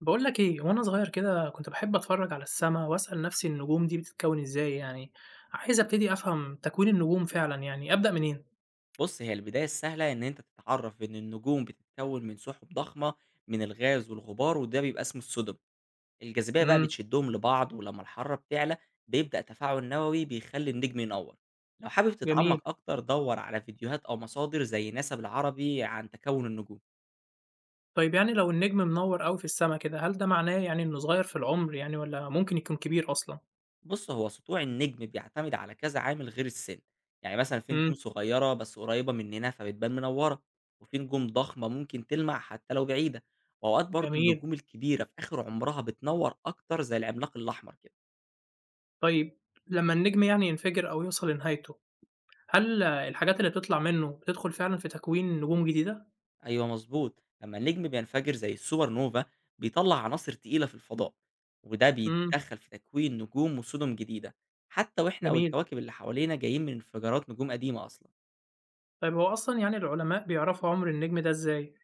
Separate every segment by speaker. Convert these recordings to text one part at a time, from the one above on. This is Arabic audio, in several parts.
Speaker 1: باقول لك إيه، وأنا صغير كده كنت باحب أتفرّج على السما وأسأل نفسي النجوم دي بتتكوّن إزاي يعني، عايز أبتدي أفهم تكوين النجوم فعلًا يعني، أبدأ منين؟
Speaker 2: بُص، هي البداية السهلة إن أنت تتعرّف إن النجوم بتتكوّن من سُحُب ضخمة من الغاز والغبار، وده بيبقى اسمه السُدَم. الجاذبية بقى
Speaker 1: إمم.
Speaker 2: بتشدّهم لبعض، ولمّا الحرارة بتعلى بيبدأ تفاعل نووي بيخلّي النجم ينوّر. لو حابب
Speaker 1: جميل.
Speaker 2: تتعمّق أكتر دَوّر على فيديوهات أو مصادر زي ناسا بالعربي عن تكوّن النجوم.
Speaker 1: طيب يعني لو النجم منوّر أوي في السما كده، هل ده معناه يعني إنه صغير في العمر يعني والّا ممكن يكون كبير أصلًا؟
Speaker 2: بُص، هو سطوع النجم بيعتمد على كذا عامل غير السن، يعني مثلًا في نجوم
Speaker 1: إمم.
Speaker 2: صغيرة بس قريبة مننا فبتبان منورة، وفي نجوم ضخمة ممكن تلمع حتى لو بعيدة، وأوقات برضه
Speaker 1: جميل.
Speaker 2: النجوم الكبيرة في آخر عمرها بتنور أكتر زي العملاق الأحمر كده.
Speaker 1: طيب لمّا النجم يعني ينفجر أو يوصل لنهايته، هل الحاجات اللي بتطلع منه بتدخل فعلًا في تكوين نجوم جديدة؟
Speaker 2: أيوه مضبوط، لما النجم بينفجر زي السوبر نوفا بيطلع عناصر تقيلة في الفضاء، وده
Speaker 1: إمم.
Speaker 2: بيتدخل في تكوين نجوم وسُدُم جديدة، حتى وإحنا
Speaker 1: جميل.
Speaker 2: والكواكب اللي حوالينا جايين من انفجارات نجوم قديمة أصلًا.
Speaker 1: طيب هو أصلًا يعني العلماء بيعرفوا عمر النجم ده إزاي؟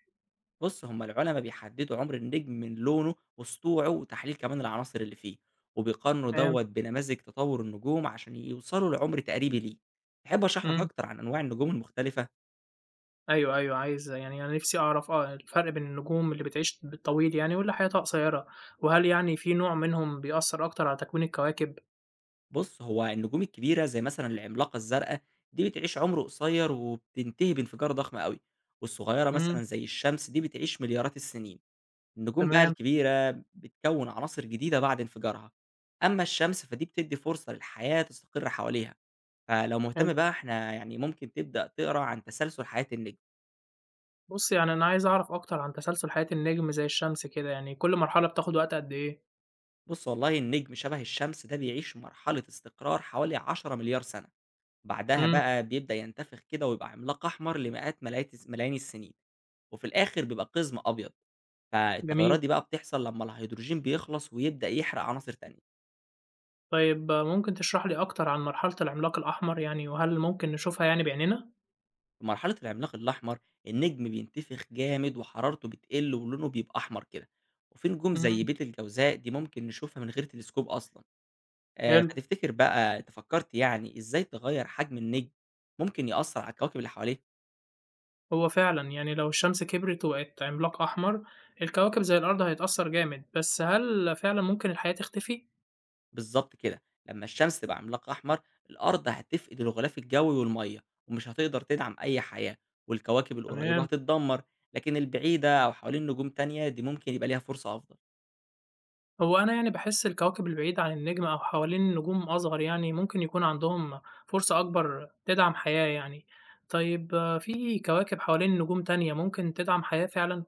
Speaker 2: بُص، هم العُلَما بيحدّدوا عُمر النجم من لونه وسطوعه وتحليل كمان العناصر اللي فيه، وبيقارنوا
Speaker 1: تمام.
Speaker 2: دوّة بنماذج تطوُّر النجوم عشان يوصلوا لعُمر تقريبي ليه. تحب أشرح لك
Speaker 1: إمم.
Speaker 2: أكتر عن أنواع النجوم المختلفة؟
Speaker 1: أيوه، أيوه، عايز يعني أنا نِفْسي أعرف الفرق بين النجوم اللي بتعيش بالطويل يعني واللي حياتها قصيّرة، وهل يعني في نوع منهم بيأثّر أكتر على تكوين الكواكب؟
Speaker 2: بُص، هو النجوم الكبيرة زي مثلًا العملاقة الزرقا دي بتعيش عُمر قصير وبتنتهي بانفجار ضخم أوي، والصغيرة
Speaker 1: إمم.
Speaker 2: مثلًا زي الشمس دي بتعيش مليارات السنين. النجوم بقى
Speaker 1: تمام.
Speaker 2: الكبيرة بتكوِّن عناصر جديدة بعد انفجارها، أمّا الشمس فدي بتدّي فرصة للحياة تستقر حواليها. فلو
Speaker 1: حلو.
Speaker 2: مهتم بقى إحنا يعني ممكن تبدأ تقرا عن تسلسل حياة النجم.
Speaker 1: بُصّ، يعني أنا عايز أعرف أكتر عن تسلسل حياة النجم زي الشمس كده، يعني كل مرحلة بتاخُد وقت قد إيه؟
Speaker 2: بُص والله النجم شبه الشمس ده بيعيش مرحلة استقرار حوالي 10.000.000,000 سنة، بعدها
Speaker 1: إمم.
Speaker 2: بقى بيبدأ ينتفخ كده ويبقى عملاق أحمر لمئات ملايات ملايين السنين، وفي الآخر بيبقى قزم أبيض.
Speaker 1: جميل.
Speaker 2: فالتغيرات دي بقى بتحصل لمّا الهيدروجين بيخلص ويبدأ يحرق عناصر تانية.
Speaker 1: طيب ممكن تشرح لي أكتر عن مرحلة العملاق الأحمر يعني وهل ممكن نشوفها يعني بعينينا؟
Speaker 2: في مرحلة العملاق الأحمر النجم بينتفخ جامد وحرارته بتقل ولونه بيبقى أحمر كده، وفي نجوم زي
Speaker 1: إمم.
Speaker 2: بيت الجوزاء دي ممكن نشوفها من غير تلسكوب أصلًا.
Speaker 1: حلو.
Speaker 2: فتفتكر بقى أنت فكّرت يعني إزاي تغيّر حجم النجم ممكن يأثّر على الكواكب اللي حواليه؟
Speaker 1: هو فعلًا، يعني لو الشمس كبرت وبقت عملاق أحمر، الكواكب زي الأرض هيتأثّر جامد، بس هل فعلًا ممكن الحياة تختفي؟
Speaker 2: بالضبط كده، لمّا الشمس تبقى عملاق أحمر، الأرض هتفقد الغلاف الجوي والمَيّة، ومش هتقدر تدعم أي حياة، والكواكب القريّبة
Speaker 1: تمام.
Speaker 2: هتتدمّر، لكن البعيدة أو حوالين نجوم تانية دي ممكن يبقى ليها فرصة أفضل.
Speaker 1: هو أنا يعني باحس الكواكب البعيدة عن النجم أو حوالين نجوم أصغر يعني ممكن يكون عندهم فرصة أكبر تدعم حياة يعني. طيب في كواكب حوالين نجوم تانية ممكن تدعم حياة فعلًا؟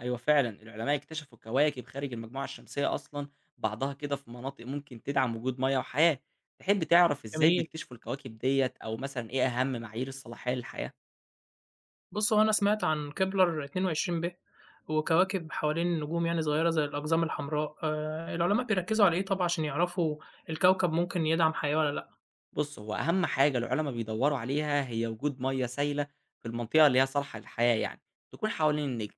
Speaker 2: أيوه فعلًا، العلماء اكتشفوا كواكب خارج المجموعة الشمسية أصلًا بعضها كده في مناطق ممكن تدعم وجود مَيّة وحياة. تحب تعرف إزاي
Speaker 1: جميل.
Speaker 2: بيكتشفوا الكواكب ديّة أو مثلًا إيه أهم معايير الصلاحية للحياة؟
Speaker 1: بُص، هو أنا سمعت عن كِبلر 22b وكواكب حوالين نجوم يعني صغيرة زي الأقزام الحمراء، العلماء بيركّزوا على إيه طب عشان يعرفوا الكوكب ممكن يدعم حياة والّا لأ؟
Speaker 2: بُص، هو أهم حاجة العُلَما بيدوّروا عليها هي وجود مَيّة سايلة في المنطقة اللي هي صالحة للحياة يعني، تكون حوالين النجم،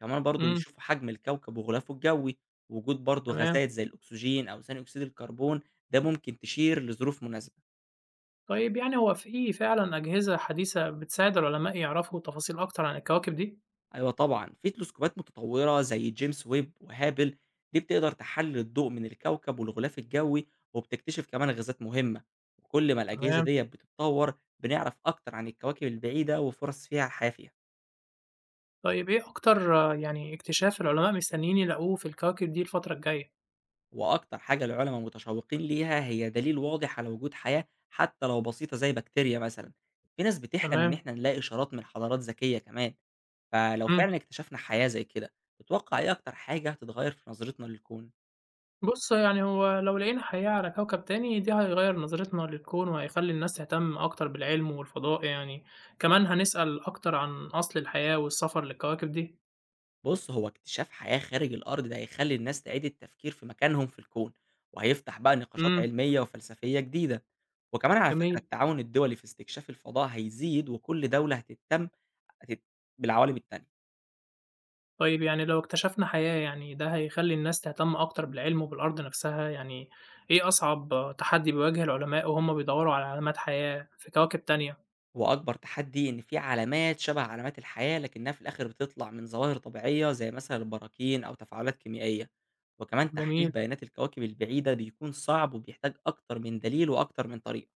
Speaker 2: كمان برضه
Speaker 1: إمم.
Speaker 2: بيشوفوا حجم الكوكب وغلافه الجوي، وجود برضه
Speaker 1: تمام.
Speaker 2: غازات زي الأكسجين أو ثاني أكسيد الكربون، ده ممكن تشير لظروف مناسبة.
Speaker 1: طيب يعني هو في فعلًا أجهزة حديثة بتساعد العلماء يعرفوا تفاصيل أكتر عن الكواكب دي؟
Speaker 2: أيوه طبعًا، في تلسكوبات متطوّرة زي جيمس ويب وهابل، دي بتقدر تحلّل الضوء من الكوكب والغلاف الجوي، وبتكتشف كمان غازات مهمة، وكل ما الأجهزة
Speaker 1: تمام.
Speaker 2: ديّة بتتطوّر بنعرف أكتر عن الكواكب البعيدة وفُرَص فيها الحياة فيها.
Speaker 1: طيب إيه أكتر يعني اكتشاف العلماء مستنيين يلاقوه في الكواكب دي الفترة الجاية؟
Speaker 2: وأكتر حاجة العُلَما متشوّقين ليها هي دليل واضح على وجود حياة حتى لو بسيطة زي بكتيريا مثلًا، في ناس بتحلم إن
Speaker 1: تمام.
Speaker 2: إحنا نلاقي إشارات من حضارات ذكية كمان، فلو
Speaker 1: إمم.
Speaker 2: فعلًا اكتشفنا حياة زي كده، تتوقع إيه أكتر حاجة هتتغيّر في نظرتنا للكون؟
Speaker 1: بُص، يعني هو لو لقينا حياة على كوكب تاني دي هيغيّر نظرتنا للكون وهيخلّي الناس تهتم أكتر بالعلم والفضاء يعني، كمان هنسأل أكتر عن أصل الحياة والسفر للكواكب دي.
Speaker 2: بُص، هو اكتشاف حياة خارج الأرض ده هيخلّي الناس تعيد التفكير في مكانهم في الكون، وهيفتح بقى نقاشات
Speaker 1: إمم.
Speaker 2: علمية وفلسفية جديدة، وكمان على فكرة
Speaker 1: جميل.
Speaker 2: التعاون الدولي في استكشاف الفضاء هيزيد وكل دولة هتهتم هتت بالعوالم التانية.
Speaker 1: طيب يعني لو اكتشفنا حياة يعني ده هيخلّي الناس تهتم أكتر بالعلم وبالأرض نفسها، يعني إيه أصعب تحدي بيواجه العلماء وهُم بيدوّروا على علامات حياة في كواكب تانية؟
Speaker 2: وأكبر تحدي إن في علامات شبه علامات الحياة لكنها في الآخر بتطلع من ظواهر طبيعية زي مثلا البراكين أو تفاعلات كيميائية، وكمان تحليل
Speaker 1: جميل.
Speaker 2: بيانات الكواكب البعيدة بيكون صعب وبيحتاج أكتر من دليل وأكتر من طريقة.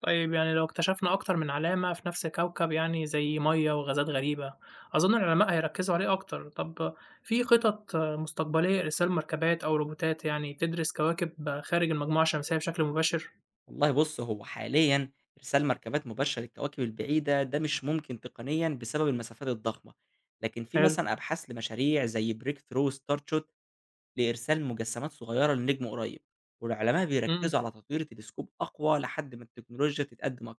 Speaker 1: طيب يعني لو اكتشفنا أكتر من علامة في نفس الكوكب يعني زي مية وغازات غريبة أظن العلماء هيركزوا عليه أكتر طب في خطط مستقبلية لإرسال مركبات أو روبوتات يعني تدرس كواكب خارج المجموعة الشمسية بشكل مباشر؟
Speaker 2: والله بُص هو حاليًا إرسال مركبات مباشرة للكواكب البعيدة ده مش ممكن تقنيًا بسبب المسافات الضخمة، لكن في
Speaker 1: حلو.
Speaker 2: مثلًا أبحاث لمشاريع زي Break Through Starshot لإرسال مجسمات صغيرة لنجم قريب، والعلماء
Speaker 1: امم
Speaker 2: بيركزوا على تطوير تلسكوب أقوى لحد ما التكنولوجيا تتقدم.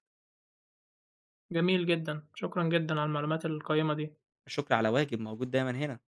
Speaker 1: جميل جدا، شكرا جدا على المعلومات القيمة دي.
Speaker 2: الشكر على واجب، موجود دايمًا هنا.